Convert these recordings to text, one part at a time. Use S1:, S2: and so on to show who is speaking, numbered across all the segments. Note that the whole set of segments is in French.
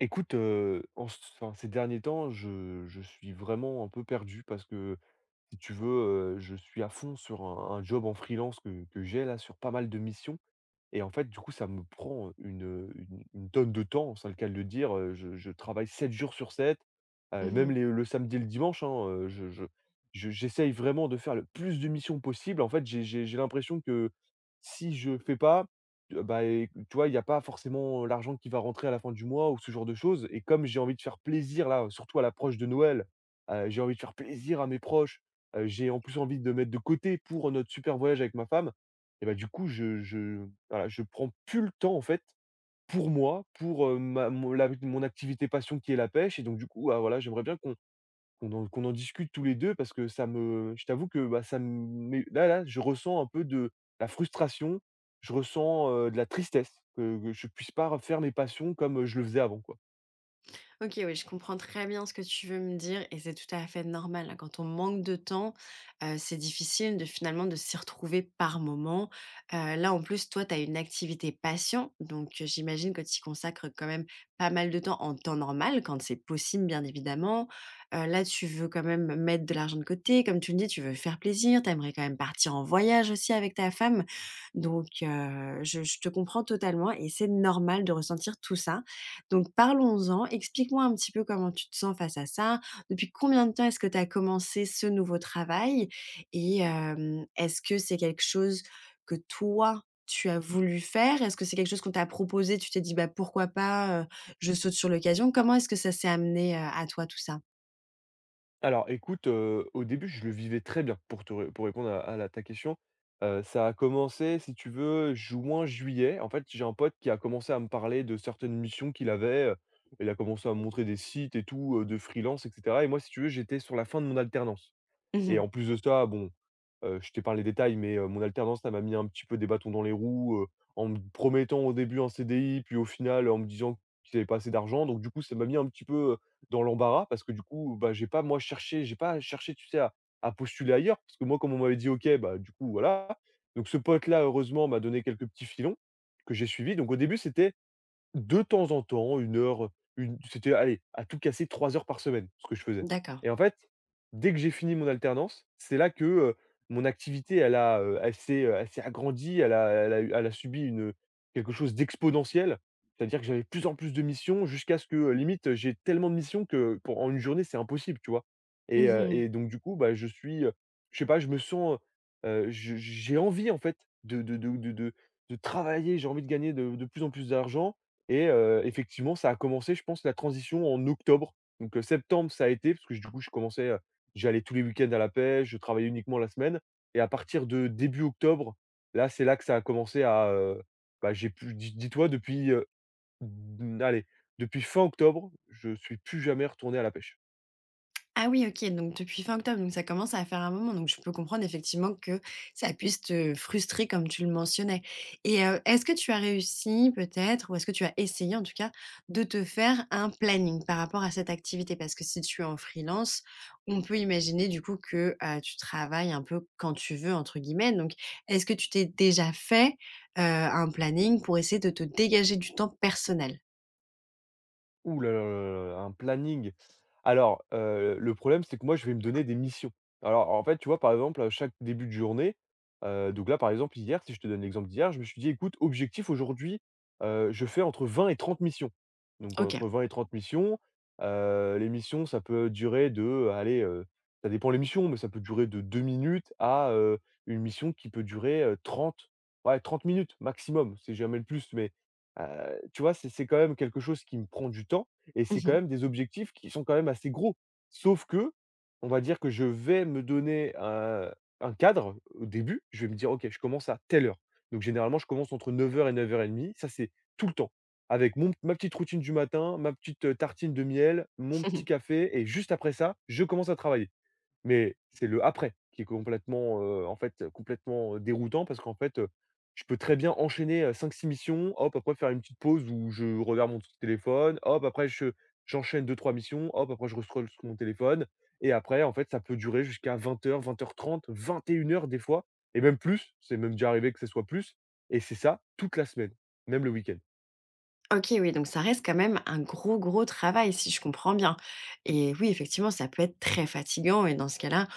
S1: Écoute, en ce enfin, ces derniers temps, je suis vraiment un peu perdu parce que, si tu veux, je suis à fond sur un job en freelance que j'ai là, sur pas mal de missions et en fait, du coup, ça me prend, une tonne de temps, c'est le cas de le dire, je travaille 7 jours sur 7, même
S2: Mmh.
S1: les le samedi et le dimanche, hein, je j'essaye vraiment de faire le plus de missions possible. En fait, j'ai l'impression que si je fais pas. Et tu vois, il y a pas forcément l'argent qui va rentrer à la fin du mois ou ce genre de choses et comme j'ai envie de faire plaisir là, surtout à l'approche de Noël, j'ai envie de faire plaisir à mes proches, j'ai en plus envie de mettre de côté pour notre super voyage avec ma femme et bah, du coup, je voilà, je prends plus le temps en fait pour moi, pour, ma mon la mon activité passion qui est la pêche et donc du coup, ah voilà, j'aimerais bien qu'on en discute tous les 2 parce que ça me je t'avoue que, bah, là là, je ressens un peu de la frustration, je ressens, de la tristesse que je puisse pas refaire mes passions comme, je le faisais avant, quoi.
S2: OK, oui, je comprends très bien ce que tu veux me dire et c'est tout à fait normal, hein. Quand on manque de temps, c'est difficile de finalement de s'y retrouver par moment. Là, en plus, toi, tu as une activité passion, donc j'imagine que tu y consacres quand même pas mal de temps en temps normal, quand c'est possible, bien évidemment. Là, tu veux quand même mettre de l'argent de côté. Comme tu le dis, tu veux faire plaisir, tu aimerais quand même partir en voyage aussi avec ta femme. Donc je te comprends totalement et c'est normal de ressentir tout ça. Donc parlons-en, explique-moi un petit peu comment tu te sens face à ça. Depuis combien de temps est-ce que tu as commencé ce nouveau travail? Et est-ce que c'est quelque chose que toi, tu as voulu faire? Est-ce que c'est quelque chose qu'on t'a proposé? Tu t'es dit: «Bah, pourquoi pas, je saute sur l'occasion». Comment est-ce que ça s'est amené, à toi tout ça?
S1: Alors écoute, au début, je le vivais très bien pour te ré pour répondre à la ta question. Ça a commencé, si tu veux, juin-juillet. En fait, j'ai un pote qui a commencé à me parler de certaines missions qu'il avait, il a commencé à me montrer des sites et tout, de freelance et cetera et moi, si tu veux, j'étais sur la fin de mon alternance. Et
S2: Mmh.
S1: en plus de ça, bon, je t'épargne les détails, mais mon alternance, ça m'a mis un petit peu des bâtons dans les roues, en me promettant au début un CDI, puis au final, en me disant qu'ils avaient pas assez d'argent. Donc du coup, ça m'a mis un petit peu, dans l'embarras parce que du coup, bah, j'ai pas cherché, tu sais, à postuler ailleurs parce que moi, comme on m'avait dit: «OK», bah, du coup, voilà. Donc ce pote-là, heureusement, m'a donné quelques petits filons que j'ai suivis. Donc au début, c'était de temps en temps, une heure, une c'était allez, à tout casser 3 heures par semaine, ce que je faisais
S2: D'accord.
S1: et en fait, dès que j'ai fini mon alternance, c'est là que, mon activité elle s'est agrandie, elle a subi quelque chose d'exponentiel. C'est-à-dire que j'avais de plus en plus de missions jusqu'à ce que, limite, j'ai tellement de missions que pour en une journée, c'est impossible, tu vois? Et heu
S2: Mmh.
S1: et donc du coup, bah, je sais pas, je me sens, je j'ai envie en fait de de de de de de travailler, j'ai envie de gagner de plus en plus d'argent et effectivement, ça a commencé, je pense, la transition en octobre. Donc, septembre, ça a été parce que du coup, je commençais, j'allais tous les week-ends à la pêche, je travaillais uniquement la semaine et à partir de début octobre, là, c'est là que ça a commencé à, bah, j'ai plus dis-toi depuis, mmh, allez, depuis fin octobre, je suis plus jamais retourné à la pêche.
S2: Ah oui, OK, donc depuis fin octobre, donc ça commence à faire un moment, donc je peux comprendre effectivement que ça puisse te frustrer comme tu le mentionnais. Et est-ce que tu as réussi peut-être ou est-ce que tu as essayé en tout cas de te faire un planning par rapport à cette activité? Parce que si tu es en freelance, on peut imaginer du coup que, tu travailles un peu «quand tu veux» entre guillemets, donc est-ce que tu t'es déjà fait, un planning pour essayer de te dégager du temps personnel?
S1: Ouh là là là là, un planning. Alors, le problème, c'est que moi, je vais me donner des missions. Alors, en fait, tu vois, par exemple, à chaque début de journée, donc là, par exemple, hier, si je te donne l'exemple d'hier, je me suis dit: «Écoute, objectif aujourd'hui, je fais entre 20 et 30 missions». Donc
S2: OK.
S1: entre 20 et 30 missions, les missions, ça peut durer de, allez, ça dépend les missions, mais ça peut durer de 2 minutes à, une mission qui peut durer, 30, ouais, 30 minutes maximum, c'est jamais le plus, mais heu tu vois, c'est quand même quelque chose qui me prend du temps et c'est quand
S2: Mmh.
S1: même des objectifs qui sont quand même assez gros. Sauf que, on va dire que je vais me donner un cadre au début. Je vais me dire: «OK, je commence à telle heure». Donc généralement, je commence entre neuf heures et 9:30. Ça, c'est tout le temps avec mon ma petite routine du matin, ma petite, tartine de miel, mon petit café et juste après ça, je commence à travailler. Mais c'est le après qui est complètement, complètement, déroutant parce qu'en fait, je peux très bien enchaîner, 5-6 missions, hop, après faire une petite pause où je regarde mon téléphone, hop, après je j'enchaîne deux trois missions, hop, après je rescrolle sur mon téléphone et après en fait, ça peut durer jusqu'à vingt heures trente, vingt et une heures des fois et même plus. C'est même déjà arrivé que ce soit plus et c'est ça toute la semaine, même le week-end.
S2: OK, oui, donc ça reste quand même un gros, gros travail si je comprends bien et oui, effectivement, ça peut être très fatigant et dans ce cas-là,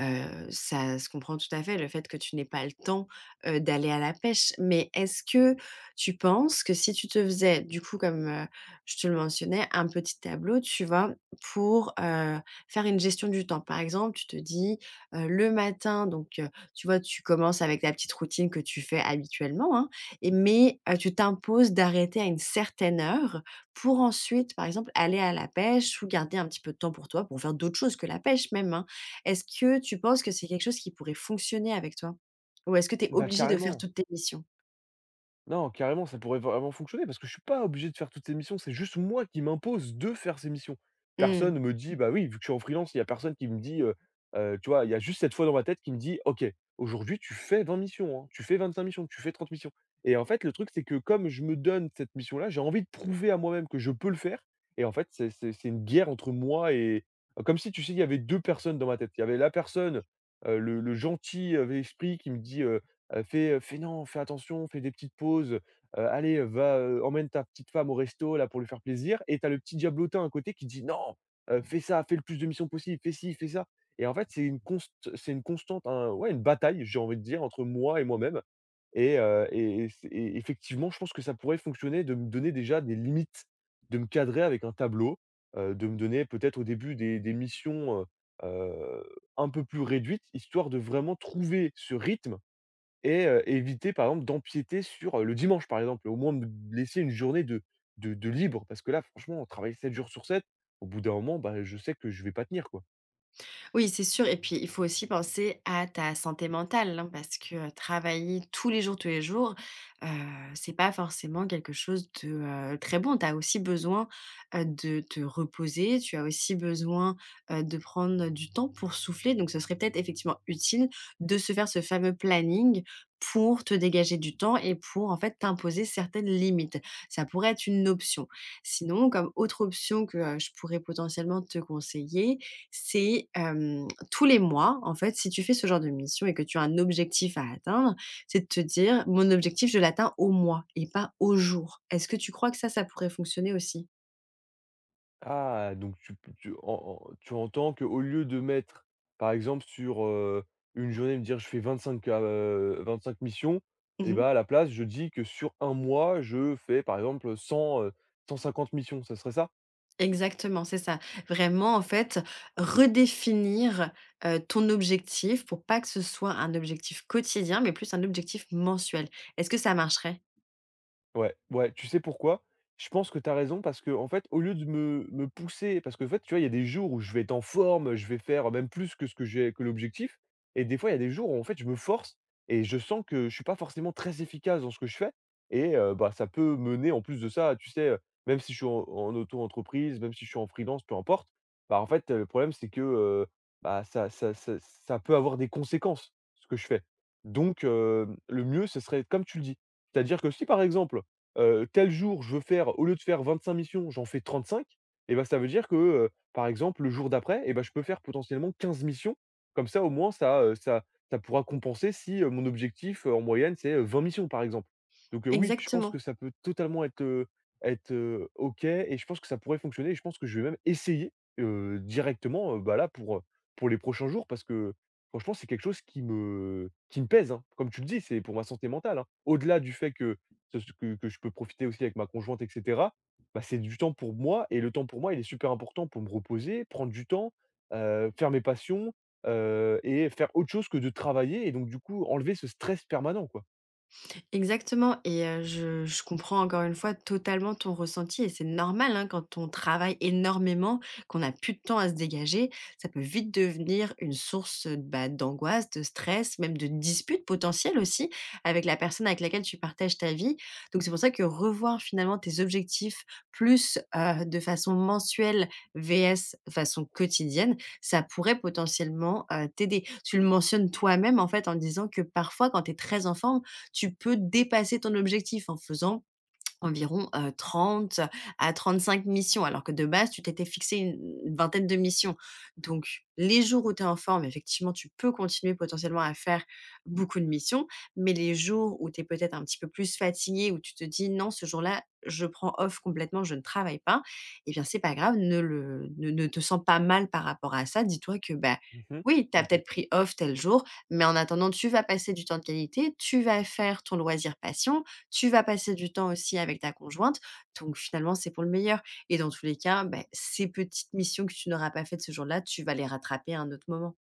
S2: Ça se comprend tout à fait le fait que tu n'aies pas le temps, d'aller à la pêche. Mais est-ce que tu penses que si tu te faisais du coup comme, je te le mentionnais, un petit tableau, tu vois? Pour, faire une gestion du temps. Par exemple, tu te dis, le matin donc, tu vois, tu commences avec ta petite routine que tu fais habituellement, hein, et mais, tu t'imposes d'arrêter à une certaine heure pour ensuite, par exemple, aller à la pêche ou garder un petit peu de temps pour toi, pour faire d'autres choses que la pêche même, hein. Est-ce que tu penses que c'est quelque chose qui pourrait fonctionner avec toi? Ou est-ce que tu es
S1: Bah,
S2: obligé de faire
S1: carrément.
S2: toutes tes missions?
S1: Non, carrément, ça pourrait vraiment fonctionner parce que je suis pas obligé de faire toutes ces missions. C'est juste moi qui m'impose de faire ces missions.
S2: Mmh.
S1: Personne me dit, bah oui, vu que je suis en freelance, il y a personne qui me dit, tu vois, il y a juste cette fois dans ma tête qui me dit, ok, aujourd'hui tu fais 20 missions, hein, tu fais 25 missions, tu fais 30 missions. Et en fait, le truc, c'est que comme je me donne cette mission-là, j'ai envie de prouver à moi-même que je peux le faire. Et en fait, c'est une guerre entre moi et. Comme si, tu sais, il y avait deux personnes dans ma tête. Il y avait la personne, le gentil esprit qui me dit. Fais, fais non, fais attention, fais des petites pauses, allez, va, emmène ta petite femme au resto là pour lui faire plaisir et t'as le petit diablotin à côté qui dit: «Non, fais ça, fais le plus de missions possible, fais ci, fais ça». Et en fait, c'est une constante, une bataille, j'ai envie de dire, entre moi et moi-même et effectivement, je pense que ça pourrait fonctionner de me donner déjà des limites, de me cadrer avec un tableau, de me donner peut-être au début des missions, heu, un peu plus réduites, histoire de vraiment trouver ce rythme et éviter par exemple d'empiéter sur, le dimanche par exemple, au moins me laisser une journée de libre parce que là franchement travailler 7 jours sur 7 au bout d'un moment, bah, je sais que je vais pas tenir quoi.
S2: Oui, c'est sûr et puis il faut aussi penser à ta santé mentale, hein, parce que, travailler tous les jours, heu, c'est pas forcément quelque chose de, très bon. Tu as aussi besoin, de te reposer, tu as aussi besoin, de prendre du temps pour souffler, donc ce serait peut-être effectivement utile de se faire ce fameux planning pour te dégager du temps et pour, en fait, t'imposer certaines limites. Ça pourrait être une option. Sinon, comme autre option que, je pourrais potentiellement te conseiller, c'est, tous les mois, en fait, si tu fais ce genre de mission et que tu as un objectif à atteindre, c'est de te dire: «Mon objectif, je l'atteins au mois et pas au jour». Est-ce que tu crois que ça pourrait fonctionner aussi?
S1: Ah donc tu p tu en en tu entends qu'au lieu de mettre par exemple sur, une journée me dire je fais 25, 25 missions et
S2: Mmh.
S1: bah, à la place je dis que sur un mois je fais par exemple 100, cent cinquante missions, ça serait ça?
S2: Exactement, c'est ça. Vraiment, en fait, redéfinir, ton objectif pour pas que ce soit un objectif quotidien, mais plus un objectif mensuel. Est-ce que ça marcherait?
S1: Ouais, ouais, tu sais pourquoi? Je pense que tu as raison parce que en fait, au lieu de me pousser parce que en fait, tu vois, il y a des jours où je vais être en forme, je vais faire même plus que ce que j'ai que l'objectif et des fois, il y a des jours où en fait, je me force et je sens que je suis pas forcément très efficace dans ce que je fais et bah, ça peut mener en plus de ça, tu sais, même si je suis en auto-entreprise, même si je suis en freelance, peu importe, bah, en fait, le problème, c'est que, bah, ça peut avoir des conséquences, ce que je fais. Donc, le mieux, ce serait comme tu le dis. C'est-à-dire que si, par exemple tel jour je veux faire au lieu de faire 25 missions, j'en fais 35. Et bah, ça veut dire que, par exemple, le jour d'après et bah, je peux faire potentiellement 15 missions. Comme ça au moins ça, ça pourra compenser si, mon objectif, en moyenne c'est, 20 missions par exemple. Donc, oui, je pense que
S2: Exactement.
S1: ça peut totalement être, OK et je pense que ça pourrait fonctionner et je pense que je vais même essayer, directement, bah, là pour les prochains jours parce que franchement c'est quelque chose qui me pèse, hein. Comme tu le dis, c'est pour ma santé mentale, hein. Au-delà du fait que ce que je peux profiter aussi avec ma conjointe et cetera, bah, c'est du temps pour moi et le temps pour moi, il est super important pour me reposer, prendre du temps, faire mes passions, et faire autre chose que de travailler et donc du coup, enlever ce stress permanent, quoi.
S2: Exactement et je comprends encore une fois totalement ton ressenti et c'est normal, hein, quand on travaille énormément, qu'on n'a plus de temps à se dégager, ça peut vite devenir une source, d'angoisse, de stress, même de disputes potentielles aussi avec la personne avec laquelle tu partages ta vie. Donc c'est pour ça que revoir finalement tes objectifs plus, de façon mensuelle vs façon quotidienne, ça pourrait potentiellement, t'aider. Tu le mentionnes toi-même en fait en disant que parfois quand tu es très en forme, tu peux dépasser ton objectif en faisant environ, 30 à 35 missions, alors que de base, tu t'étais fixé une vingtaine de missions. Donc les jours où tu es en forme, effectivement, tu peux continuer potentiellement à faire beaucoup de missions, mais les jours où tu es peut-être un petit peu plus fatigué, où tu te dis: «Non, ce jour-là, je prends off complètement, je ne travaille pas», eh bien, c'est pas grave, ne le ne ne te sens pas mal par rapport à ça. Dis-toi que, bah,
S1: Mmh.
S2: oui, tu as
S1: OK.
S2: peut-être pris off tel jour, mais en attendant, tu vas passer du temps de qualité, tu vas faire ton loisir passion, tu vas passer du temps aussi avec ta conjointe, donc finalement, c'est pour le meilleur et dans tous les cas, beh, ces petites missions que tu n'auras pas faites ce jour-là, tu vas les rattraper à un autre moment.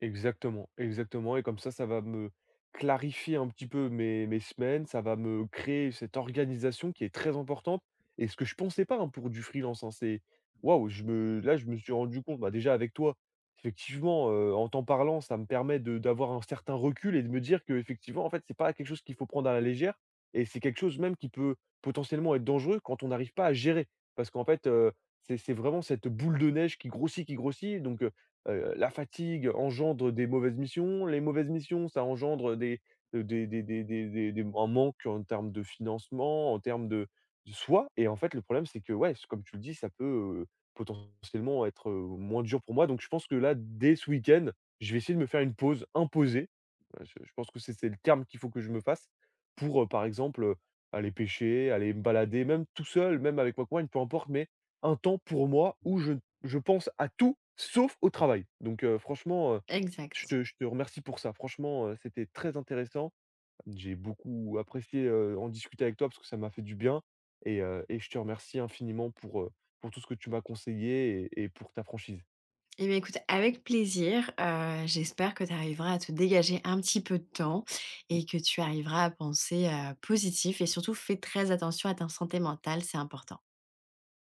S1: Exactement, exactement et comme ça va me clarifier un petit peu mes semaines, ça va me créer cette organisation qui est très importante et ce que je pensais pas, hein, pour du freelance, hein. C'est waouh, je me là, je me suis rendu compte, bah, déjà avec toi, effectivement, en t'en parlant, ça me permet de d'avoir un certain recul et de me dire que effectivement, en fait, c'est pas quelque chose qu'il faut prendre à la légère et c'est quelque chose même qui peut potentiellement être dangereux quand on n'arrive pas à gérer. Parce qu'en fait, c'est vraiment cette boule de neige qui grossit donc. La fatigue engendre des mauvaises missions, les mauvaises missions, ça engendre des un manque en termes de financement, en termes de soi et en fait, le problème, c'est que, ouais, c comme tu le dis, ça peut, potentiellement être, moins dur pour moi donc je pense que là, dès ce week-end, je vais essayer de me faire une pause imposée. Je pense que c'est le terme qu'il faut que je me fasse pour, par exemple, aller pêcher, aller me balader, même tout seul, même avec ma compagne, peu importe, mais un temps pour moi où je ne je pense à tout sauf au travail. Donc franchement,
S2: Exact.
S1: je te remercie pour ça. Franchement, c'était très intéressant. J'ai beaucoup apprécié, en discuter avec toi parce que ça m'a fait du bien et je te remercie infiniment pour tout ce que tu m'as conseillé et pour ta franchise.
S2: Eh bien, écoute, avec plaisir. J'espère que tu arriveras à te dégager un petit peu de temps et que tu arriveras à penser, positif et surtout fais très attention à ta santé mentale, c'est important.